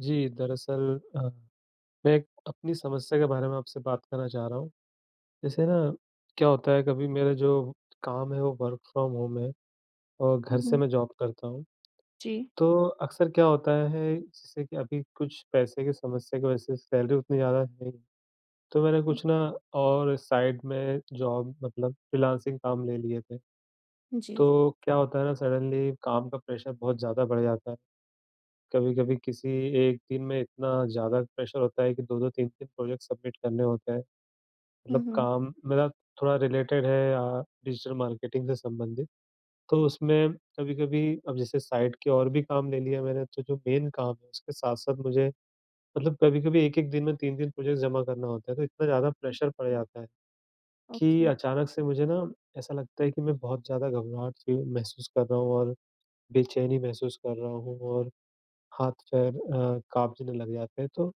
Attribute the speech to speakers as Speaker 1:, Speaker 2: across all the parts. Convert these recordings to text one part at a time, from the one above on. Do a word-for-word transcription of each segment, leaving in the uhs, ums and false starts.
Speaker 1: जी, दरअसल अ, मैं एक अपनी समस्या के बारे में आपसे बात करना चाह रहा हूँ। जैसे ना, क्या होता है, कभी मेरा जो काम है वो वर्क फ्रॉम होम है और घर
Speaker 2: हुँ,
Speaker 1: से
Speaker 2: हुँ।
Speaker 1: मैं जॉब करता हूँ।
Speaker 2: जी,
Speaker 1: तो अक्सर क्या होता है, जैसे कि अभी कुछ पैसे की समस्या की वजह से सैलरी उतनी ज़्यादा नहीं है। तो मैंने कुछ ना और साइड में जॉब, मतलब फ्रीलांसिंग काम ले लिए थे।
Speaker 2: जी।
Speaker 1: तो क्या होता है ना, सडनली काम का प्रेशर बहुत ज़्यादा बढ़ जाता है। कभी-कभी किसी एक दिन में इतना ज़्यादा प्रेशर होता है कि दो-दो तीन-तीन प्रोजेक्ट सबमिट करने होते हैं।
Speaker 2: हुँ,
Speaker 1: मतलब
Speaker 2: हुँ।
Speaker 1: काम मेरा थोड़ा रिलेटेड है अ, डिजिटल मार्केटिंग से संबंधित। तो उसमें कभी-कभी, अब जैसे साइड के और भी काम ले लिया मैंने, तो जो मेन काम है उसके साथ-साथ मुझे, मतलब कभी-कभी एक-एक दिन में तीन-तीन प्रोजेक्ट जमा करना होता है, तो इतना ज़्यादा प्रेशर पड़ जाता है कि
Speaker 2: ओके,
Speaker 1: अचानक से मुझे ना, ऐसा लगता है कि मैं बहुत ज़्यादा घबराहट फ़ील महसूस कर रहा हूँ और बेचैनी महसूस कर रहा हूँ और हाथ-पैर अ, काँपने लग जाते हैं। तो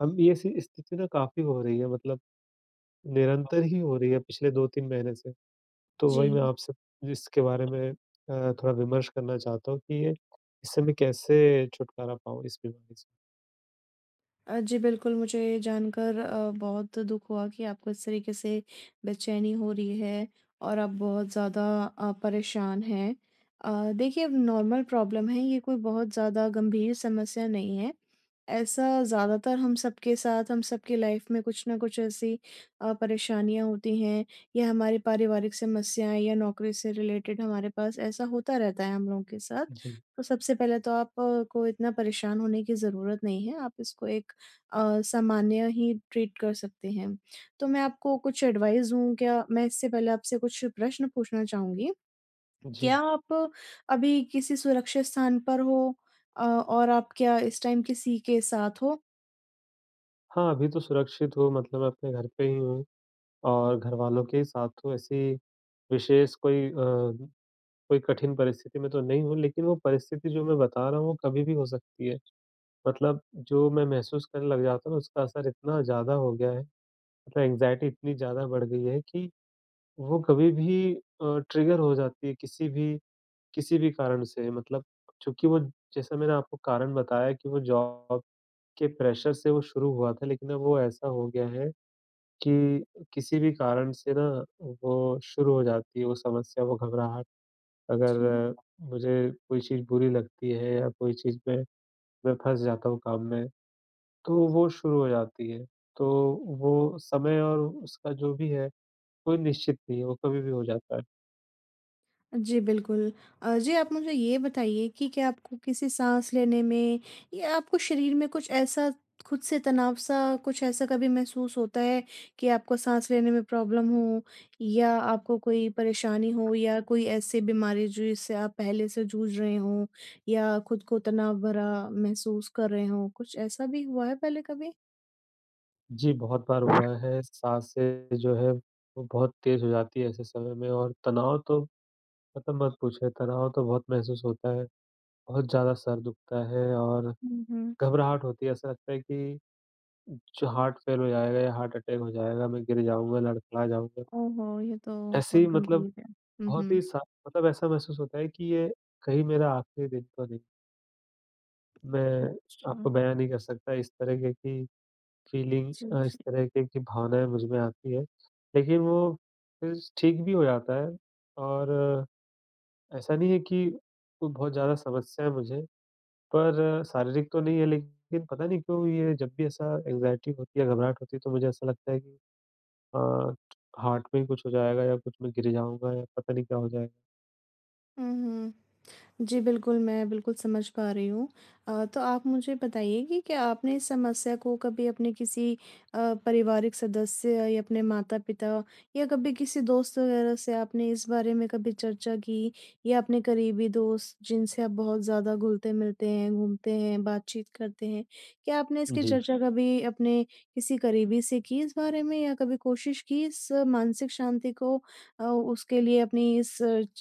Speaker 1: हम ये सी स्थिति ना काफ़ी हो रही है, मतलब निरंतर ही हो रही है पिछले दो-तीन महीने से। तो
Speaker 2: जी।
Speaker 1: वही मैं आपसे इसके बारे में अ, थोड़ा विमर्श करना चाहता हूँ कि ये, इससे मैं कैसे छुटकारा पाऊँ इस बीमारी से?
Speaker 2: अ, जी बिल्कुल, मुझे ये जानकर अ, बहुत दुख हुआ कि आपको इस तरीके से बेचैनी हो रही है और आप बहुत ज़्यादा अ, परेशान हैं। अ, देखिए नॉर्मल प्रॉब्लम है, ये कोई बहुत ज़्यादा गंभीर समस्या नहीं है। ऐसा ज़्यादातर हम सबके साथ, हम सबकी लाइफ में कुछ न कुछ ऐसी अ, परेशानियाँ होती हैं या हमारी पारिवारिक समस्याएँ या नौकरी से रिलेटेड हमारे पास ऐसा होता रहता है हम लोगों के साथ।
Speaker 1: जी।
Speaker 2: तो सबसे पहले तो आप अ, को इतना परेशान होने की ज़रूरत नहीं है, आप इसको एक अ, सामान्य ही ट्रीट कर सकते हैं। तो मैं आपको कुछ एडवाइस दूँ क्या? मैं इससे पहले आपसे कुछ प्रश्न पूछना चाहूँगी।
Speaker 1: जी।
Speaker 2: क्या आप अभी किसी सुरक्षित स्थान पर हो? अ, और आप क्या इस टाइम किसी के साथ हो?
Speaker 1: हाँ, अभी तो सुरक्षित हूँ, मतलब मैं अपने घर पे ही हूँ और घरवालों के ही साथ हूँ। ऐसी विशेष कोई अ, कोई कठिन परिस्थिति में तो नहीं हूँ, लेकिन वो परिस्थिति जो मैं बता रहा हूँ वो कभी भी हो सकती है। मतलब जो मैं महसूस करने लग जाता हूँ ना, उसका असर इतना ज़्यादा हो गया है। मतलब एंग्ज़ायटी इतनी ज़्यादा बढ़ गई है कि वो कभी भी अ, ट्रिगर हो जाती है, किसी भी किसी भी कारण से, मतलब चूँकि वो, जैसा मैंने आपको कारण बताया कि वो जॉब के प्रेशर से वो शुरू हुआ था, लेकिन अब वो ऐसा हो गया है कि किसी भी कारण से ना वो शुरू हो जाती है वो समस्या, वो घबराहट। अगर
Speaker 2: जी।
Speaker 1: अ, मुझे कोई चीज़ बुरी लगती है या कोई चीज़ में मैं फँस जाता हूँ काम में, तो वो शुरू हो जाती है। तो वो समय और उसका जो भी है कोई निश्चित नहीं है, वो कभी भी हो जाता है।
Speaker 2: जी, बिल्कुल। अ, जी आप मुझे ये बताइए कि क्या आपको किसी साँस लेने में या आपको शरीर में कुछ ऐसा खुद से तनाव सा कुछ ऐसा कभी महसूस होता है कि आपको साँस लेने में प्रॉब्लम हो या आपको कोई परेशानी हो या कोई ऐसी बीमारी जिससे आप पहले से जूझ रहे हों या खुद को तनाव भरा महसूस कर रहे हों? कुछ ऐसा भी हुआ है पहले कभी?
Speaker 1: जी, बहुत बार हुआ है, साँसें जो है वो बहुत तेज़ हो जाती है ऐसे समय में, और तनाव तो, मतलब मत पूछिए, तनाव तो बहुत महसूस होता है। बहुत ज़्यादा सर दुखता है और
Speaker 2: हुँ, हुँ।
Speaker 1: घबराहट होती है, ऐसा लगता है कि जो हार्ट फ़ेल हो जाएगा या हार्ट अटैक हो जाएगा, मैं गिर जाऊँगा, लड़खड़ा जाऊँगा।
Speaker 2: ओहो! ये तो
Speaker 1: ऐसे
Speaker 2: बहुत
Speaker 1: ही मतलब,
Speaker 2: गंभीर है। हुँ,
Speaker 1: बहुत ही
Speaker 2: हुँ।
Speaker 1: सा, मतलब ऐसा महसूस होता है कि ये कहीं मेरा आखिरी दिन तो नहीं। मैं
Speaker 2: अच्छा।
Speaker 1: आपको बयाँ नहीं कर सकता इस तरह के, कि फीलिंग,
Speaker 2: जी,
Speaker 1: अ, इस
Speaker 2: जी।
Speaker 1: तरह के की भावनाएँ मुझ में आती है। लेकिन वो फिर ठीक भी हो जाता है और ऐसा नहीं है कि कोई बहुत ज़्यादा समस्या है मुझे, पर शारीरिक तो नहीं है, लेकिन पता नहीं क्यों ये, जब भी ऐसा एंग्ज़ायटी होती है, घबराहट होती है, तो मुझे ऐसा लगता है कि अ, हार्ट में कुछ हो जाएगा या कुछ, मैं गिर जाऊँगा या पता नहीं क्या हो जाएगा।
Speaker 2: हुँ, हुँ। जी, बिल्कुल, मैं बिल्कुल समझ पा रही हूँ। अ, तो आप मुझे बताइए कि क्या आपने इस समस्या को कभी अपने किसी अ, पारिवारिक सदस्य या अपने माता-पिता या कभी किसी दोस्त वगैरह से आपने इस बारे में कभी चर्चा की? या अपने करीबी दोस्त जिनसे आप बहुत ज़्यादा घुलते-मिलते हैं, घूमते हैं, बातचीत करते हैं, क्या आपने इसकी
Speaker 1: जी।
Speaker 2: चर्चा कभी अपने किसी करीबी से की इस बारे में या कभी कोशिश की इस मानसिक शांति को अ, उसके लिए अपनी इस च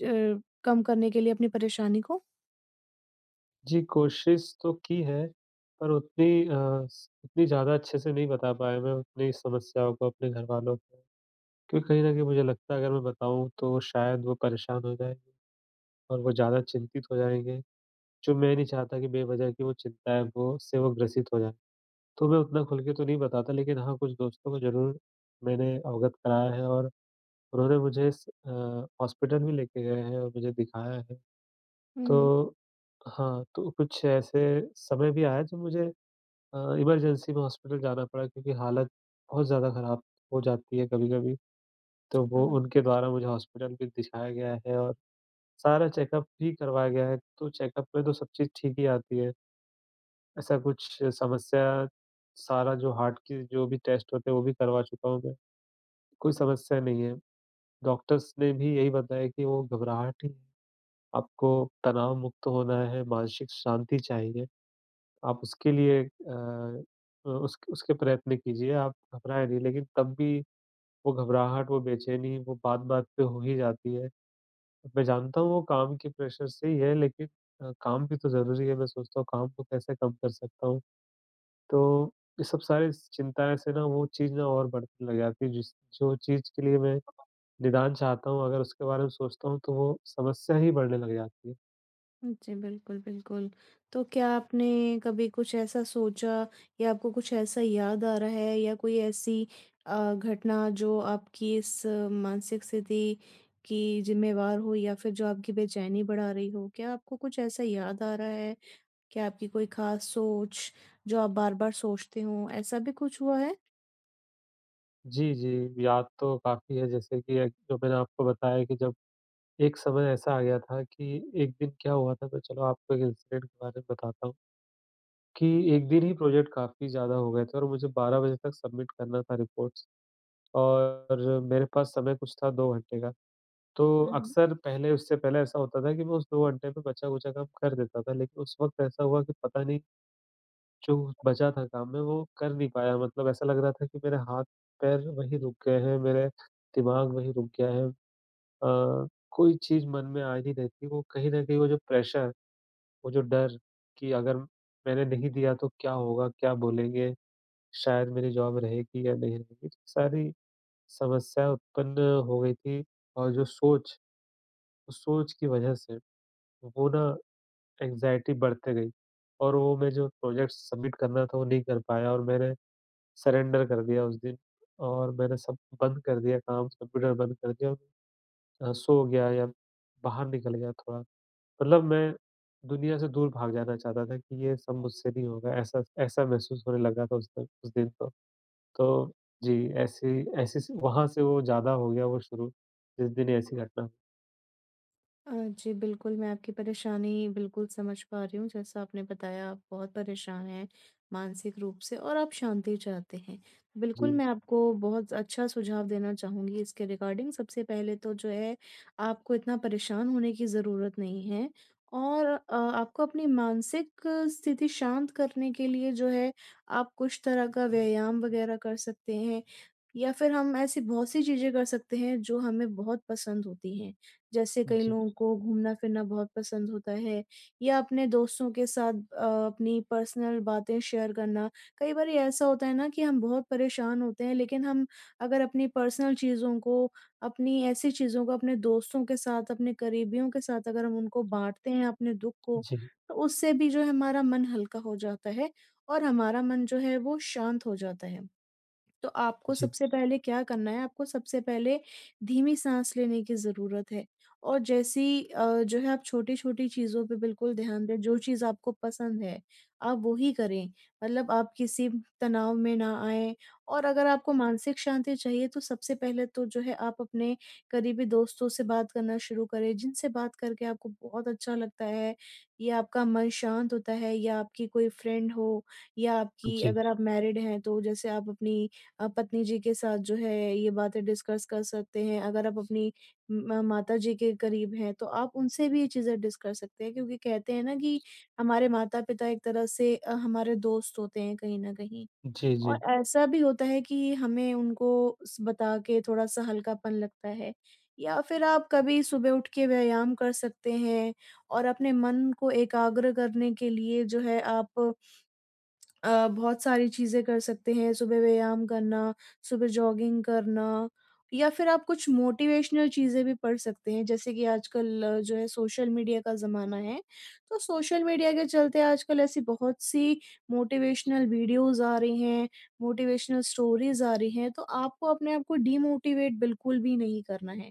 Speaker 2: कम करने के लिए अपनी परेशानी को?
Speaker 1: जी, कोशिश तो की है, पर उतनी अ, स उतनी ज़्यादा अच्छे से नहीं बता पाया मैं अपनी समस्याओं को अपने घरवालों को। क्योंकि कहीं न कहीं मुझे लगता है, अगर मैं बताऊँ तो शायद वो परेशान हो जाएँगे और वो ज़्यादा चिंतित हो जाएँगे, जो मैं नहीं चाहता कि बेवज़ह की वो चिंताएँ वो उससे वो ग्रसित हो जाएँ। तो मैं उतना खुल के तो नहीं बताता, लेकिन हाँ, कुछ दोस्तों को ज़रूर मैंने अवगत कराया है, और उन्होंने मुझे इस अ, हॉस्पिटल भी लेके गए हैं और मुझे दिखाया है।
Speaker 2: हुँ,
Speaker 1: तो हाँ, तो कुछ ऐसे समय भी आया जब मुझे अ, इमरजेंसी में हॉस्पिटल जाना पड़ा, क्योंकि हालत बहुत ज़्यादा खराब हो जाती है कभी-कभी। तो वो
Speaker 2: हुँ।
Speaker 1: उनके द्वारा मुझे हॉस्पिटल भी दिखाया गया है और सारा चेकअप भी करवाया गया है, तो चेकअप में तो सब चीज़ ठीक ही आती है। ऐसा कुछ समस्या, सारा जो हार्ट की जो भी टेस्ट होते हैं, वो भी करवा चुका हूँ मैं। कोई समस्या नहीं है। डॉक्टर्स ने भी यही बताया कि वो घबराहट ही है, आपको तनाव मुक्त होना है, मानसिक शांति चाहिए। आप उसके लिए अ, उस उसके प्रयत्न कीजिए, आप घबराएँ नहीं। लेकिन तब भी वो घबराहट, वो बेचैनी, वो बात-बात पे हो ही जाती है। मैं जानता हूँ वो काम के प्रेशर से ही है, लेकिन अ, काम भी तो ज़रूरी है, मैं सोचता हूँ काम को कैसे कम कर सकता हूँ। तो ये सब सारी चिंताएँ से ना, वो चीज़ ना और बढ़ने लग जाती है, जिस, जो चीज़ के लिए मैं निदान चाहता हूँ, अगर उसके बारे में सोचता हूँ तो वो समस्या ही बढ़ने लग जाती है।
Speaker 2: जी, बिल्कुल, बिल्कुल। तो क्या आपने कभी कुछ ऐसा सोचा या आपको कुछ ऐसा याद आ रहा है या कोई ऐसी अ, घटना जो आपकी इस अ, मानसिक स्थिति की ज़िम्मेवार हो या फिर जो आपकी बेचैनी बढ़ा रही हो? क्या आपको कुछ ऐसा याद आ रहा है? क्या आपकी कोई ख़ास सोच जो आप बार-बार सोचते हो, ऐसा भी कुछ हुआ है?
Speaker 1: जी, जी, याद तो काफ़ी है, जैसे कि एक जो मैंने आपको बताया कि जब एक समय ऐसा आ गया था कि, एक दिन क्या हुआ था, मैं चलो आपको एक इंसिडेंट के बारे में बताता हूँ कि एक दिन ही प्रोजेक्ट काफ़ी ज़्यादा हो गए थे और मुझे बारह बजे तक सबमिट करना था रिपोर्ट्स। और मेरे पास समय कुछ था दो घंटे का। तो अक्सर पहले, उससे पहले ऐसा होता था कि मैं उस दो घंटे में बचा-खुचा काम कर देता था, लेकिन उस वक़्त ऐसा हुआ कि पता नहीं, जो बचा था काम मैं वो कर नहीं पाया। मतलब ऐसा लग रहा था कि मेरे हाथ-पैर वहीं रुक गए हैं, मेरे दिमाग वहीं रुक गया है। अ, कोई चीज़ मन में आ ही नहीं रही थी। वो कहीं न कहीं वो जो प्रेशर, वो जो डर कि अगर मैंने नहीं दिया तो क्या होगा, क्या बोलेंगे, शायद मेरी जॉब रहेगी या नहीं रहेगी। तो सारी समस्या उत्पन्न हो गई थी, और जो सोच, उस सोच की वजह से वो ना एंग्ज़ायटी बढ़ते गई, और वो मैं जो प्रोजेक्ट सबमिट करना था वो नहीं कर पाया, और मैंने सरेंडर कर दिया उस दिन और मैंने सब बंद कर दिया काम, कंप्यूटर बंद कर दिया, अ, सो गया या बाहर निकल गया थोड़ा। मतलब मैं दुनिया से दूर भाग जाना चाहता था कि ये सब मुझसे नहीं होगा, ऐसा ऐसा महसूस होने लगा था उस दिन, उस दिन तो। तो जी, ऐसे, ऐसे से वहाँ से वो ज़्यादा हो गया वो शुरू, जिस दिन ऐसी घटना।
Speaker 2: अ, जी बिल्कुल, मैं आपकी परेशानी बिल्कुल समझ पा रही हूँ। जैसा आपने बताया आप बहुत परेशान हैं मानसिक रूप से और आप शांति चाहते हैं। बिल्कुल,
Speaker 1: जी।
Speaker 2: मैं आपको बहुत अच्छा सुझाव देना चाहूँगी इसके रिगार्डिंग। सबसे पहले तो जो है आपको इतना परेशान होने की ज़रूरत नहीं है और अ, आपको अपनी मानसिक स्थिति शांत करने के लिए जो है आप कुछ तरह का व्यायाम वग़ैरह कर सकते हैं या फिर हम ऐसी बहुत-सी चीज़ें कर सकते हैं जो हमें बहुत पसंद होती हैं। जैसे कई
Speaker 1: जी।
Speaker 2: लोगों को घूमना-फिरना बहुत पसंद होता है या अपने दोस्तों के साथ अ, अपनी पर्सनल बातें शेयर करना। कई बारी ऐसा होता है ना कि हम बहुत परेशान होते हैं लेकिन हम अगर अपनी पर्सनल चीज़ों को, अपनी ऐसी चीज़ों को अपने दोस्तों के साथ, अपने करीबियों के साथ अगर हम उनको बाँटते हैं अपने दुःख को,
Speaker 1: जी।
Speaker 2: तो उससे भी जो है हमारा मन हल्का हो जाता है और हमारा मन जो है वो शांत हो जाता है। तो आपको
Speaker 1: जी।
Speaker 2: सबसे पहले क्या करना है, आपको सबसे पहले धीमी साँस लेने की ज़रूरत है और जैसी अ, जो है आप छोटी-छोटी चीज़ों पे बिल्कुल ध्यान दें, जो चीज़ आपको पसंद है, आप वो ही करें। मतलब आप किसी तनाव में ना आएँ और अगर आपको मानसिक शांति चाहिए तो सबसे पहले तो जो है आप अपने करीबी दोस्तों से बात करना शुरू करें, जिनसे बात करके आपको बहुत अच्छा लगता है, या आपका मन शांत होता है या आपकी कोई फ्रेंड हो या आपकी
Speaker 1: जी।
Speaker 2: अगर आप मैरिड हैं तो जैसे आप अपनी आप पत्नी जी के साथ जो है ये बातें डिस्कस कर सकते हैं। अगर आप अपनी म माताजी के करीब हैं तो आप उनसे भी ये चीज़ें डिस कर सकते हैं क्योंकि कहते हैं ना कि हमारे माता-पिता एक तरह से अ, हमारे दोस्त होते हैं कहीं न कहीं।
Speaker 1: जी।
Speaker 2: और
Speaker 1: जी।
Speaker 2: ऐसा भी होता है कि हमें उनको स बता के थोड़ा-सा हल्कापन लगता है। या फिर आप कभी सुबह उठ के व्यायाम कर सकते हैं और अपने मन को एकाग्र करने के लिए जो है आप अ, बहुत सारी चीज़ें कर सकते हैं, सुबह व्यायाम करना, सुबह जॉगिंग करना या फिर आप कुछ मोटिवेशनल चीज़ें भी पढ़ सकते हैं, जैसे कि आजकल अ, जो है सोशल मीडिया का ज़माना है, तो सोशल मीडिया के चलते आजकल ऐसी बहुत-सी मोटिवेशनल वीडियोज़ आ रही हैं, मोटिवेशनल स्टोरीज़ आ रही हैं, तो आपको अपने आप को डिमोटिवेट बिल्कुल भी नहीं करना है।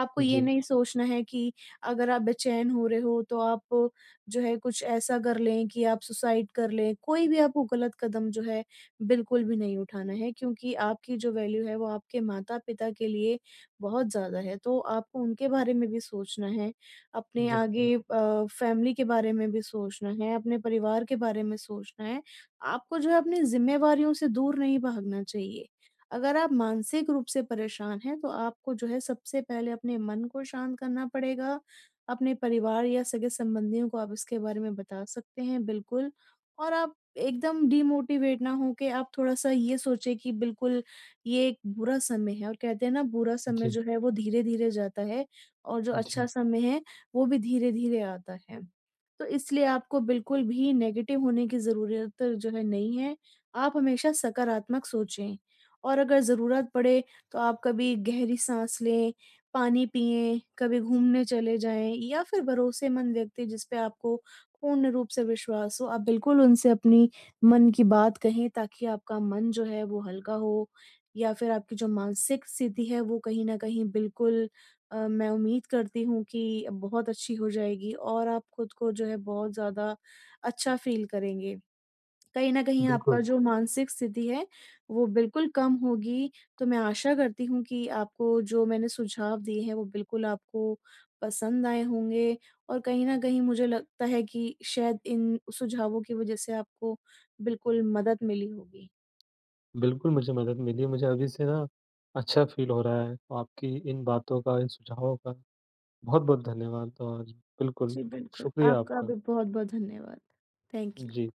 Speaker 2: आपको ये
Speaker 1: जी,
Speaker 2: नहीं सोचना है कि अगर आप बेचैन हो रहे हो, तो आप जो है कुछ ऐसा कर लें कि आप सुसाइड कर लें, कोई भी आपको गलत कदम जो है बिल्कुल भी नहीं उठाना है क्योंकि आपकी जो वैल्यू है वो आपके माता-पिता के लिए बहुत ज़्यादा है। तो आपको उनके बारे में भी सोचना है, अपने
Speaker 1: बिल्कुल।
Speaker 2: आगे अ, फैमिली के बारे में भी सोचना है, अपने परिवार के बारे में सोचना है। आपको जो है अपनी ज़िम्मेवारियों से दूर नहीं भागना चाहिए। अगर आप मानसिक रूप से परेशान हैं, तो आपको जो है सबसे पहले अपने मन को शांत करना पड़ेगा, अपने परिवार या सगे-संबंधियों को आप इसके बारे में बता सकते हैं, बिल्कुल। और आप एकदम डिमोटिवेट ना हो के आप थोड़ा-सा ये सोचें कि बिल्कुल ये एक बुरा समय है और कहते हैं ना बुरा समय
Speaker 1: जी।
Speaker 2: जो है वो धीरे-धीरे जाता है और जो
Speaker 1: जी,
Speaker 2: अच्छा समय है, वो भी धीरे-धीरे आता है। तो इसलिए आपको बिल्कुल भी नेगेटिव होने की ज़रूरत जो है नहीं है, आप हमेशा सकारात्मक सोचें। और अगर ज़रूरत पड़े तो आप कभी गहरी साँस लें, पानी पिएँ, कभी घूमने चले जाएँ या फिर भरोसेमंद व्यक्ति जिस पे आपको पूर्ण रूप से विश्वास हो, आप बिल्कुल उनसे अपनी मन की बात कहें ताकि आपका मन जो है वो हल्का हो या फिर आपकी जो मानसिक स्थिति है वो कहीं न कहीं बिल्कुल अ, मैं उम्मीद करती हूँ कि बहुत अच्छी हो जाएगी और आप खुद को जो है बहुत ज़्यादा अच्छा फ़ील करेंगे। कहीं न कहीं आपका
Speaker 1: बिल्कुल।
Speaker 2: जो मानसिक स्थिति है, वो बिल्कुल कम होगी। तो मैं आशा करती हूँ कि आपको जो मैंने सुझाव दिए हैं, वो बिल्कुल आपको पसंद आए होंगे और कहीं न कहीं मुझे लगता है कि शायद इन सुझावों की वज़ह से आपको बिल्कुल मदद मिली होगी।
Speaker 1: बिल्कुल, मुझे मदद मिली, मुझे अभी से ना अच्छा फ़ील हो रहा है, आपकी इन बातों का, इन सुझावों का बहुत-बहुत धन्यवाद और बिल्कुल,
Speaker 2: जी, बिल्कुल।
Speaker 1: शुक्रिया
Speaker 2: आपका
Speaker 1: आपका।
Speaker 2: भी बहुत-बहुत धन्यवाद। Thank you.
Speaker 1: जी।